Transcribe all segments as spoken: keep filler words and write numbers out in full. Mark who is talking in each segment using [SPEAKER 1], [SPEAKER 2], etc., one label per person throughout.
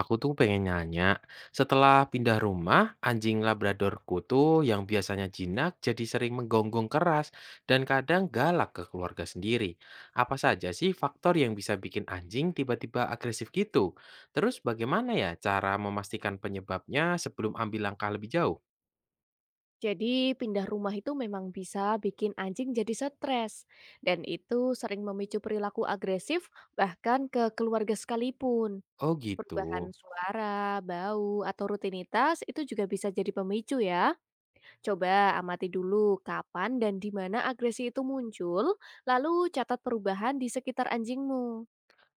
[SPEAKER 1] Aku tuh pengen nanya, setelah pindah rumah, anjing labradorku tuh yang biasanya jinak jadi sering menggonggong keras dan kadang galak ke keluarga sendiri. Apa saja sih faktor yang bisa bikin anjing tiba-tiba agresif gitu? Terus bagaimana ya cara memastikan penyebabnya sebelum ambil langkah lebih jauh?
[SPEAKER 2] Jadi pindah rumah itu memang bisa bikin anjing jadi stres dan itu sering memicu perilaku agresif bahkan ke keluarga sekalipun.
[SPEAKER 1] Oh gitu.
[SPEAKER 2] Perubahan suara, bau, atau rutinitas itu juga bisa jadi pemicu ya. Coba amati dulu kapan dan di mana agresi itu muncul, lalu catat perubahan di sekitar anjingmu.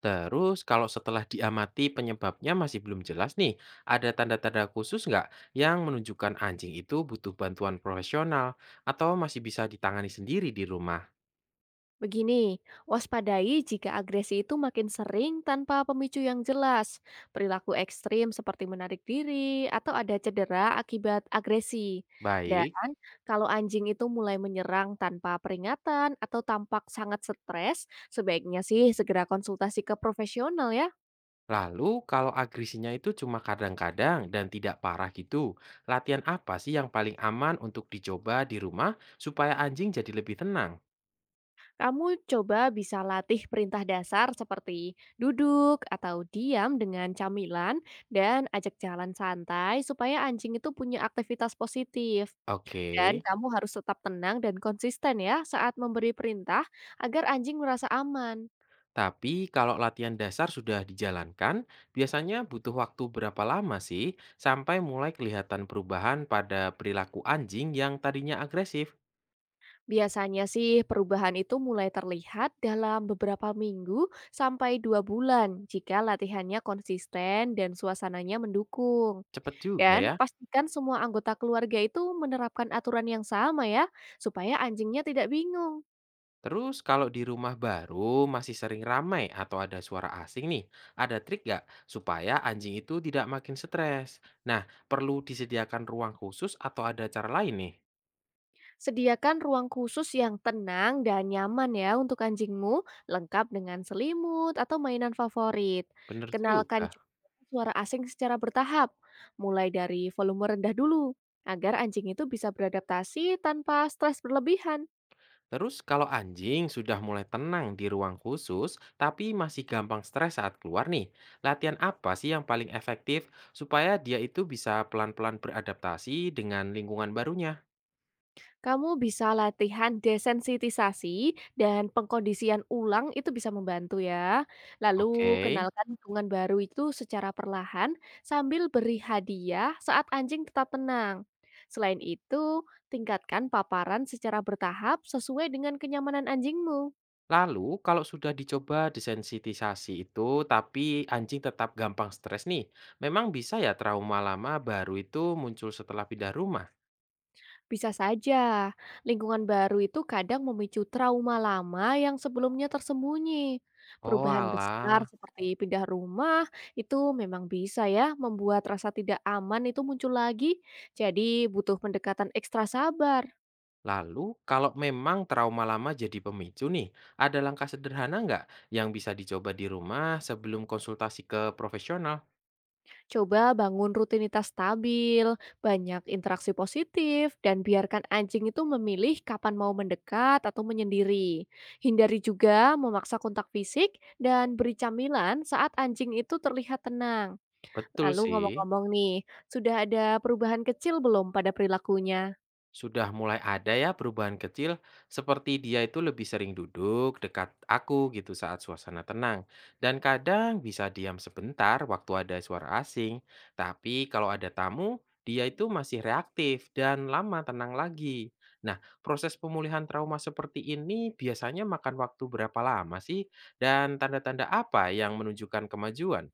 [SPEAKER 1] Terus kalau setelah diamati penyebabnya masih belum jelas nih, ada tanda-tanda khusus nggak yang menunjukkan anjing itu butuh bantuan profesional atau masih bisa ditangani sendiri di rumah?
[SPEAKER 2] Begini, waspadai jika agresi itu makin sering tanpa pemicu yang jelas, perilaku ekstrim seperti menarik diri, atau ada cedera akibat agresi.
[SPEAKER 1] Baik,
[SPEAKER 2] Dan kalau anjing itu mulai menyerang tanpa peringatan atau tampak sangat stres, sebaiknya sih segera konsultasi ke profesional ya.
[SPEAKER 1] lalu kalau agresinya itu cuma kadang-kadang dan tidak parah gitu, latihan apa sih yang paling aman untuk dicoba di rumah supaya anjing jadi lebih tenang?
[SPEAKER 2] Kamu coba bisa latih perintah dasar seperti duduk atau diam dengan camilan dan ajak jalan santai supaya anjing itu punya aktivitas positif.
[SPEAKER 1] Oke.
[SPEAKER 2] Dan kamu harus tetap tenang dan konsisten ya saat memberi perintah agar anjing merasa aman.
[SPEAKER 1] Tapi kalau latihan dasar sudah dijalankan, biasanya butuh waktu berapa lama sih sampai mulai kelihatan perubahan pada perilaku anjing yang tadinya agresif?
[SPEAKER 2] Biasanya sih perubahan itu mulai terlihat dalam beberapa minggu sampai dua bulan jika latihannya konsisten dan suasananya mendukung.
[SPEAKER 1] Cepet juga
[SPEAKER 2] Dan
[SPEAKER 1] ya.
[SPEAKER 2] pastikan semua anggota keluarga itu menerapkan aturan yang sama ya, supaya anjingnya tidak bingung.
[SPEAKER 1] Terus kalau di rumah baru masih sering ramai atau ada suara asing nih, ada trik nggak supaya anjing itu tidak makin stres? Nah, perlu disediakan ruang khusus atau ada cara lain nih?
[SPEAKER 2] Sediakan ruang khusus yang tenang dan nyaman ya untuk anjingmu, lengkap dengan selimut atau mainan favorit.
[SPEAKER 1] Bener
[SPEAKER 2] Kenalkan
[SPEAKER 1] juga.
[SPEAKER 2] juga suara asing secara bertahap, mulai dari volume rendah dulu, agar anjing itu bisa beradaptasi tanpa stres berlebihan.
[SPEAKER 1] Terus kalau anjing sudah mulai tenang di ruang khusus, tapi masih gampang stres saat keluar nih, latihan apa sih yang paling efektif supaya dia itu bisa pelan-pelan beradaptasi dengan lingkungan barunya?
[SPEAKER 2] Kamu bisa latihan desensitisasi dan pengkondisian ulang itu bisa membantu ya. Lalu
[SPEAKER 1] Oke,
[SPEAKER 2] kenalkan lingkungan baru itu secara perlahan sambil beri hadiah saat anjing tetap tenang. Selain itu, tingkatkan paparan secara bertahap sesuai dengan kenyamanan anjingmu.
[SPEAKER 1] lalu kalau sudah dicoba desensitisasi itu, tapi anjing tetap gampang stres nih, memang bisa ya trauma lama baru itu muncul setelah pindah rumah?
[SPEAKER 2] Bisa saja, lingkungan baru itu kadang memicu trauma lama yang sebelumnya tersembunyi.
[SPEAKER 1] Oh
[SPEAKER 2] Perubahan besar
[SPEAKER 1] alah.
[SPEAKER 2] seperti pindah rumah itu memang bisa ya membuat rasa tidak aman itu muncul lagi. Jadi butuh pendekatan ekstra sabar.
[SPEAKER 1] Lalu, kalau memang trauma lama jadi pemicu nih, ada langkah sederhana nggak yang bisa dicoba di rumah sebelum konsultasi ke profesional?
[SPEAKER 2] Coba bangun rutinitas stabil, banyak interaksi positif, dan biarkan anjing itu memilih kapan mau mendekat atau menyendiri. Hindari juga memaksa kontak fisik dan beri camilan saat anjing itu terlihat tenang.
[SPEAKER 1] Betul
[SPEAKER 2] Lalu
[SPEAKER 1] sih.
[SPEAKER 2] ngomong-ngomong nih, sudah ada perubahan kecil belum pada perilakunya?
[SPEAKER 1] Sudah mulai ada ya perubahan kecil, seperti dia itu lebih sering duduk dekat aku gitu saat suasana tenang. Dan kadang bisa diam sebentar waktu ada suara asing. Tapi kalau ada tamu, dia itu masih reaktif dan lama tenang lagi. Nah, proses pemulihan trauma seperti ini biasanya makan waktu berapa lama sih? Dan tanda-tanda apa yang menunjukkan kemajuan?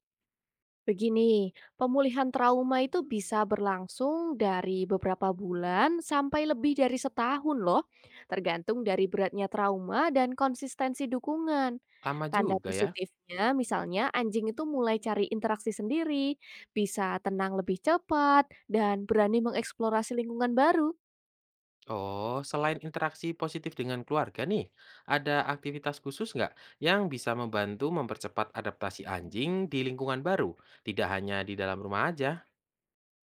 [SPEAKER 2] Begini, pemulihan trauma itu bisa berlangsung dari beberapa bulan sampai lebih dari setahun loh, tergantung dari beratnya trauma dan konsistensi dukungan.
[SPEAKER 1] Lama
[SPEAKER 2] Tanda
[SPEAKER 1] juga ya.
[SPEAKER 2] positifnya misalnya anjing itu mulai cari interaksi sendiri, bisa tenang lebih cepat, dan berani mengeksplorasi lingkungan baru.
[SPEAKER 1] Oh, selain interaksi positif dengan keluarga nih, ada aktivitas khusus nggak yang bisa membantu mempercepat adaptasi anjing di lingkungan baru? Tidak hanya di dalam rumah aja.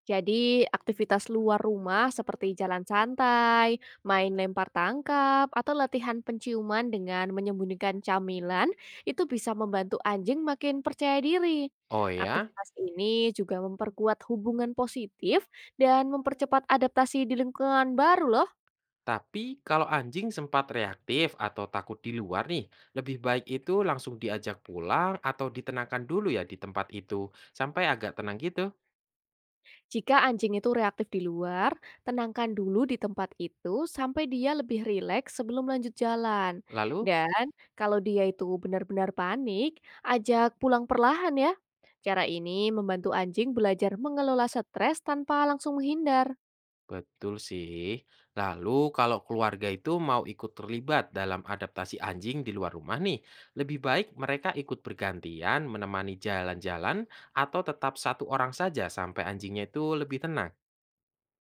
[SPEAKER 2] Jadi, aktivitas luar rumah seperti jalan santai, main lempar tangkap, atau latihan penciuman dengan menyembunyikan camilan itu bisa membantu anjing makin percaya diri.
[SPEAKER 1] Oh ya,
[SPEAKER 2] Aktivitas ini juga memperkuat hubungan positif dan mempercepat adaptasi di lingkungan baru loh.
[SPEAKER 1] tapi kalau anjing sempat reaktif atau takut di luar nih, lebih baik itu langsung diajak pulang atau ditenangkan dulu ya di tempat itu, sampai agak tenang gitu.
[SPEAKER 2] Jika anjing itu reaktif di luar, tenangkan dulu di tempat itu sampai dia lebih rileks sebelum lanjut jalan.
[SPEAKER 1] Lalu
[SPEAKER 2] Dan kalau dia itu benar-benar panik, ajak pulang perlahan ya. Cara ini membantu anjing belajar mengelola stres tanpa langsung menghindar.
[SPEAKER 1] betul sih. Lalu kalau keluarga itu mau ikut terlibat dalam adaptasi anjing di luar rumah nih, lebih baik mereka ikut bergantian menemani jalan-jalan atau tetap satu orang saja sampai anjingnya itu lebih tenang.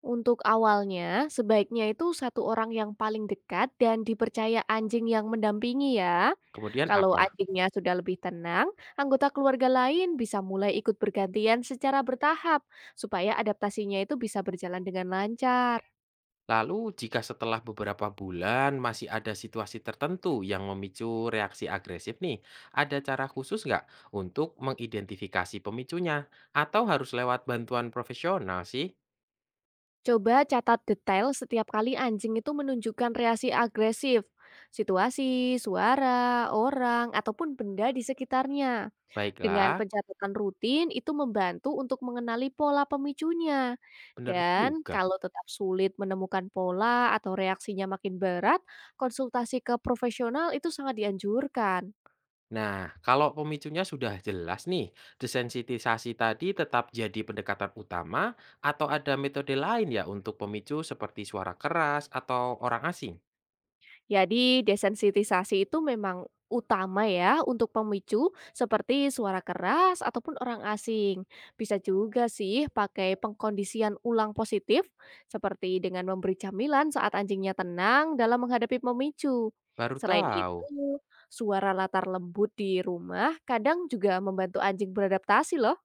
[SPEAKER 2] Untuk awalnya, sebaiknya itu satu orang yang paling dekat dan dipercaya anjing yang mendampingi ya.
[SPEAKER 1] Kemudian
[SPEAKER 2] Kalau
[SPEAKER 1] apa?
[SPEAKER 2] anjingnya sudah lebih tenang, anggota keluarga lain bisa mulai ikut bergantian secara bertahap supaya adaptasinya itu bisa berjalan dengan lancar.
[SPEAKER 1] Lalu jika setelah beberapa bulan masih ada situasi tertentu yang memicu reaksi agresif nih, ada cara khusus nggak untuk mengidentifikasi pemicunya? Atau harus lewat bantuan profesional sih?
[SPEAKER 2] Coba catat detail setiap kali anjing itu menunjukkan reaksi agresif, situasi, suara, orang, ataupun benda di sekitarnya. Dengan
[SPEAKER 1] Baiklah,
[SPEAKER 2] pencatatan rutin itu membantu untuk mengenali pola pemicunya.
[SPEAKER 1] benar
[SPEAKER 2] Dan
[SPEAKER 1] juga.
[SPEAKER 2] kalau tetap sulit menemukan pola atau reaksinya makin berat, konsultasi ke profesional itu sangat dianjurkan.
[SPEAKER 1] Nah, kalau pemicunya sudah jelas nih, desensitisasi tadi tetap jadi pendekatan utama atau ada metode lain ya untuk pemicu seperti suara keras atau orang asing?
[SPEAKER 2] Jadi desensitisasi itu memang utama ya untuk pemicu seperti suara keras ataupun orang asing. Bisa juga sih pakai pengkondisian ulang positif seperti dengan memberi camilan saat anjingnya tenang dalam menghadapi pemicu.
[SPEAKER 1] Baru
[SPEAKER 2] Selain
[SPEAKER 1] tahu.
[SPEAKER 2] itu, suara latar lembut di rumah kadang juga membantu anjing beradaptasi loh.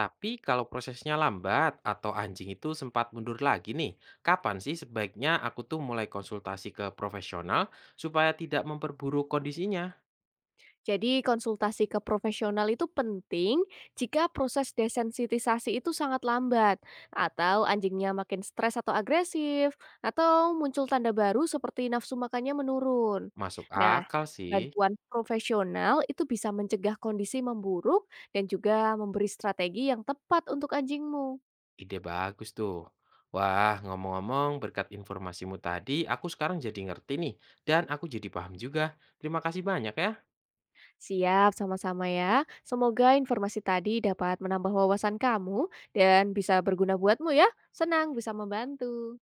[SPEAKER 1] Tapi kalau prosesnya lambat atau anjing itu sempat mundur lagi nih, kapan sih sebaiknya aku tuh mulai konsultasi ke profesional supaya tidak memperburuk kondisinya?
[SPEAKER 2] Jadi konsultasi ke profesional itu penting jika proses desensitisasi itu sangat lambat, atau anjingnya makin stres atau agresif, atau muncul tanda baru seperti nafsu makannya menurun.
[SPEAKER 1] Masuk
[SPEAKER 2] Nah,
[SPEAKER 1] akal sih.
[SPEAKER 2] bantuan profesional itu bisa mencegah kondisi memburuk dan juga memberi strategi yang tepat untuk anjingmu.
[SPEAKER 1] Ide bagus tuh. Wah, ngomong-ngomong, berkat informasimu tadi, aku sekarang jadi ngerti nih, dan aku jadi paham juga. Terima kasih banyak ya.
[SPEAKER 2] Siap, sama-sama ya. Semoga informasi tadi dapat menambah wawasan kamu dan bisa berguna buatmu ya. Senang bisa membantu.